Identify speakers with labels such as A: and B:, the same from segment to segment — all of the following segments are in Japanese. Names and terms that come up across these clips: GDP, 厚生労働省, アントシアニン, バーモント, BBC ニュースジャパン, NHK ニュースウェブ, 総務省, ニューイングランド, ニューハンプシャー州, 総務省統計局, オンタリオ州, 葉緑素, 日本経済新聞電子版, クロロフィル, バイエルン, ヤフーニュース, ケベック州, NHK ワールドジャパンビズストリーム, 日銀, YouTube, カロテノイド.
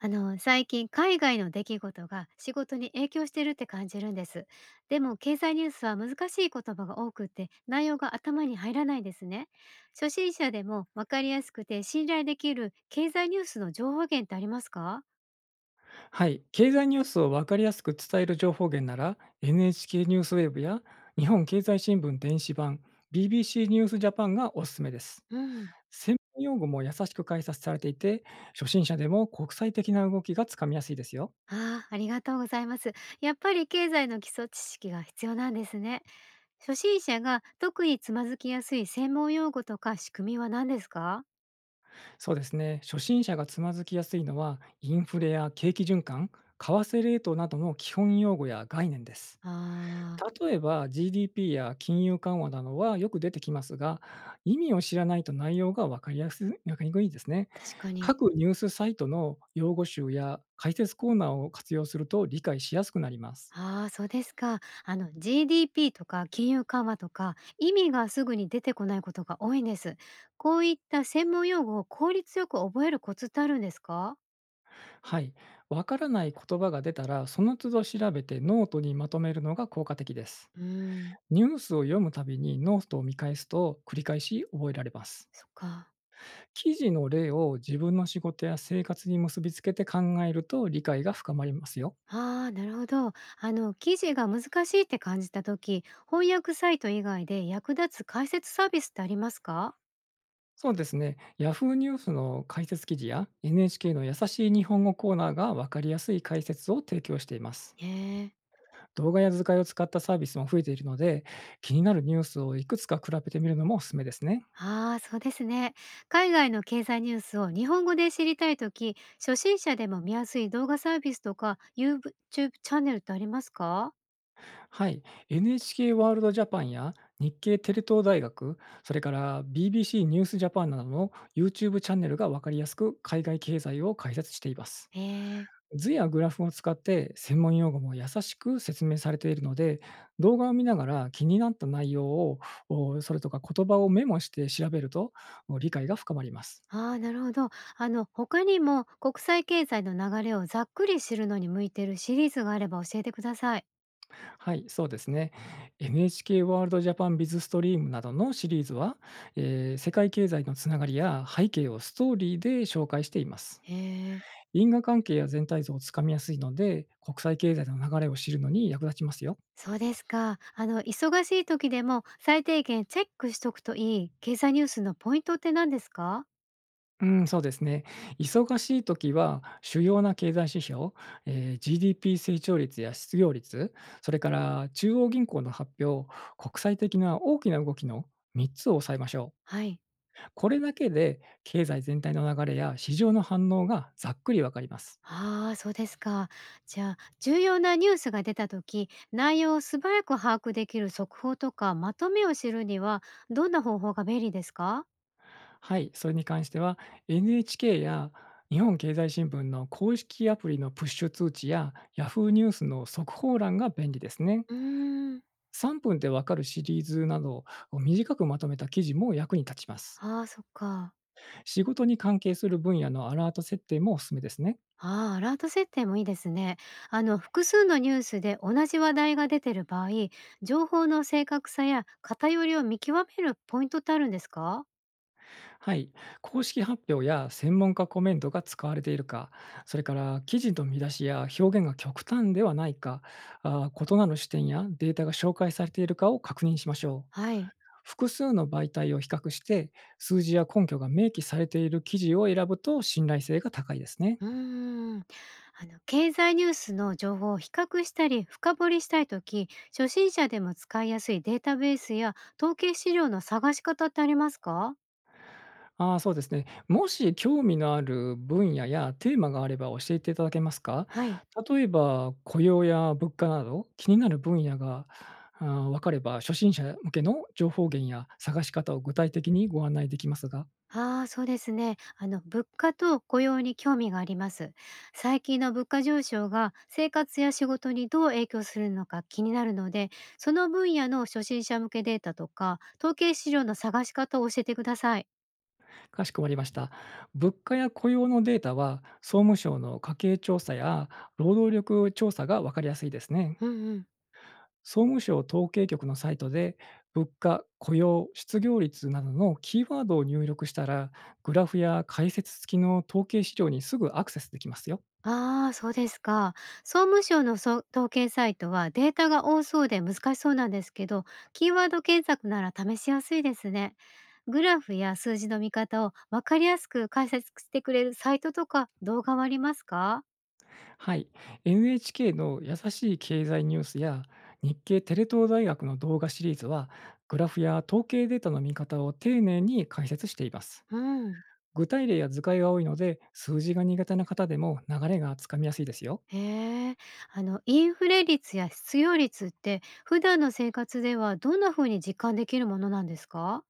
A: 最近海外の出来事が仕事に影響してるって感じるんです。でも経済ニュースは難しい言葉が多くって内容が頭に入らないですね。初心者でもわかりやすくて信頼できる経済ニュースの情報源ってありますか？
B: はい、経済ニュースを分かりやすく伝える情報源なら NHK ニュースウェブや日本経済新聞電子版、 BBC ニュースジャパンがおすすめです。
A: うん。
B: 専門用語も優しく解説されていて、初心者でも国際的な動きがつかみやすいですよ。
A: ああ、ありがとうございます。やっぱり経済の基礎知識が必要なんですね。初心者が特につまずきやすい専門用語とか仕組みは何ですか？
B: そうですね。初心者がつまずきやすいのは、インフレや景気循環、為替レートなどの基本用語や概念です。
A: ああ
B: 例えば GDP や金融緩和などはよく出てきますが、意味を知らないと内容が分かりにくいですね。
A: ー、確かに。
B: 各ニュースサイトの用語集や解説コーナーを活用すると、理解しやすくなります。
A: ああ、そうですか。あの、 GDP とか金融緩和とか意味がすぐに出てこないことが多いんです。こういった専門用語を効率よく覚えるコツってあるんですか？
B: はい。わからない言葉が出たら、その都度調べてノートにまとめるのが効果的です。
A: うーん。
B: ニュースを読むたびにノートを見返すと、繰り返し覚えられます。
A: そっか。
B: 記事の例を自分の仕事や生活に結びつけて考えると、理解が深まりますよ。
A: ああ、なるほど。あの、記事が難しいって感じた時、翻訳サイト以外で役立つ解説サービスってありますか？
B: そうですね。ヤフーニュースの解説記事や NHK の優しい日本語コーナーが、分かりやすい解説を提供しています。
A: へえ。
B: 動画や図解を使ったサービスも増えているので、気になるニュースをいくつか比べてみるのもおすすめですね。
A: ああ、そうですね。海外の経済ニュースを日本語で知りたいとき、初心者でも見やすい動画サービスとか YouTube チャンネルってありますか？
B: はい。NHK ワールドジャパンや日経テレ東大学、それから BBC ニュースジャパンなどの YouTube チャンネルが、分かりやすく海外経済を解説しています。
A: ええ。
B: 図やグラフを使って専門用語も優しく説明されているので、動画を見ながら気になった内容を、おそれとか言葉をメモして調べると、理解が深まります。
A: ああー、なるほど。他にも国際経済の流れをざっくり知るのに向いてるシリーズがあれば教えてください。
B: はい、そうですね。NHK ワールドジャパンビズストリームなどのシリーズは、世界経済のつながりや背景をストーリーで紹介しています。
A: へえ。
B: 因果関係や全体像をつかみやすいので、国際経済の流れを知るのに役立ちますよ。
A: そうですか。忙しい時でも最低限チェックしとくといい経済ニュースのポイントって何ですか？
B: うん、そうですね。忙しい時は、主要な経済指標、GDP 成長率や失業率、それから中央銀行の発表、国際的な大きな動きの3つを抑えましょ
A: はい。
B: う。これだけで、経済全体の流れや市場の反応がざっくりわかります。
A: ああ、そうですか。じゃあ、重要なニュースが出た時、内容を素早く把握できる速報とかまとめを知るには、どんな方法が便利ですか？
B: はい、それに関しては、NHK や日本経済新聞の公式アプリのプッシュ通知や、Yahoo ニュースの速報欄が便利ですね。
A: うーん。
B: 3分でわかるシリーズなどを短くまとめた記事も役に立ちます。
A: ああ、そっか。
B: 仕事に関係する分野のアラート設定もおすすめですね。
A: ああ、アラート設定もいいですね。複数のニュースで同じ話題が出てる場合、情報の正確さや偏りを見極めるポイントってあるんですか？
B: はい。公式発表や専門家コメントが使われているか、それから記事の見出しや表現が極端ではないか、異なる視点やデータが紹介されているかを確認しましょう。
A: はい。
B: 複数の媒体を比較して、数字や根拠が明記されている記事を選ぶと、信頼性が高いですね。
A: うーん。経済ニュースの情報を比較したり深掘りしたいとき、初心者でも使いやすいデータベースや統計資料の探し方ってありますか？
B: ああ、そうですね。もし興味のある分野やテーマがあれば教えていただけますか？
A: はい。
B: 例えば雇用や物価など、気になる分野が、分かれば、初心者向けの情報源や探し方を具体的にご案内できますが。
A: ああ、そうですね。物価と雇用に興味があります。最近の物価上昇が生活や仕事にどう影響するのか気になるので、その分野の初心者向けデータとか、統計資料の探し方を教えてください。
B: かしこまりました。物価や雇用のデータは、総務省の家計調査や労働力調査が分かりやすいですね。
A: うんうん。
B: 総務省統計局のサイトで、物価、雇用、失業率などのキーワードを入力したら、グラフや解説付きの統計資料にすぐアクセスできますよ。
A: ああ、そうですか。総務省のそう統計サイトはデータが多そうで難しそうなんですけど、キーワード検索なら試しやすいですね。グラフや数字の見方を分かりやすく解説してくれるサイトとか動画はありますか？
B: はい。NHK の優しい経済ニュースや、日経テレ東大学の動画シリーズは、グラフや統計データの見方を丁寧に解説しています。
A: うん。
B: 具体例や図解が多いので、数字が苦手な方でも流れがつかみやすいですよ。
A: へえ。インフレ率や失業率って普段の生活ではどんな風に実感できるものなんですか？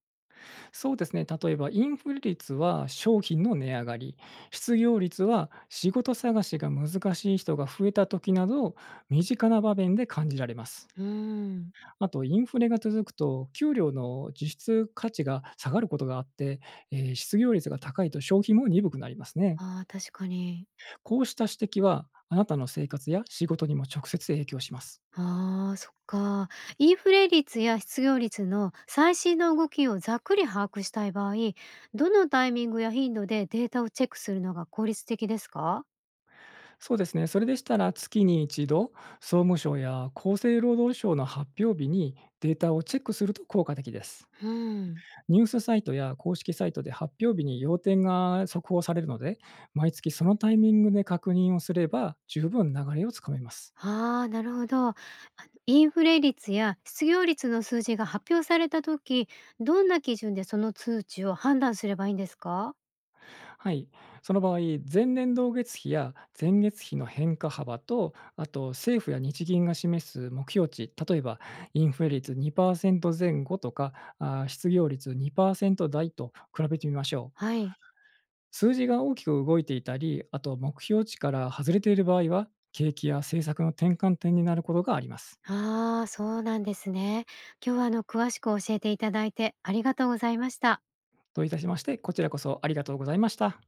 B: そうですね。例えばインフレ率は商品の値上がり、失業率は仕事探しが難しい人が増えた時など、身近な場面で感じられます。
A: うん。
B: あと、インフレが続くと、給料の実質価値が下がることがあって、失業率が高いと消費も鈍くなりますね。
A: ああ、確かに。
B: こうした指摘は、あなたの生活や仕事にも直接影響します。
A: ああ、そっか。インフレ率や失業率の最新の動きをざっくり把握したい場合、どのタイミングや頻度でデータをチェックするのが効率的ですか？
B: そうですね。それでしたら、月に一度、総務省や厚生労働省の発表日にデータをチェックすると効果的です。
A: うん。
B: ニュースサイトや公式サイトで発表日に要点が速報されるので、毎月そのタイミングで確認をすれば、十分流れをつかめます。
A: ああー、なるほど。あの、インフレ率や失業率の数字が発表された時、どんな基準でその数値を判断すればいいんですか？
B: はい。その場合、前年同月比や前月比の変化幅と、あと政府や日銀が示す目標値、例えばインフレ率2%前後とか、失業率2%台と比べてみましょ
A: は
B: う。
A: い。
B: 数字が大きく動いていたり、あと目標値から外れている場合は、景気や政策の転換点になることがあります。
A: ああー、そうなんですね。今日は詳しく教えていただいてありがとうございました。
B: といたしまして、こちらこそありがとうございました。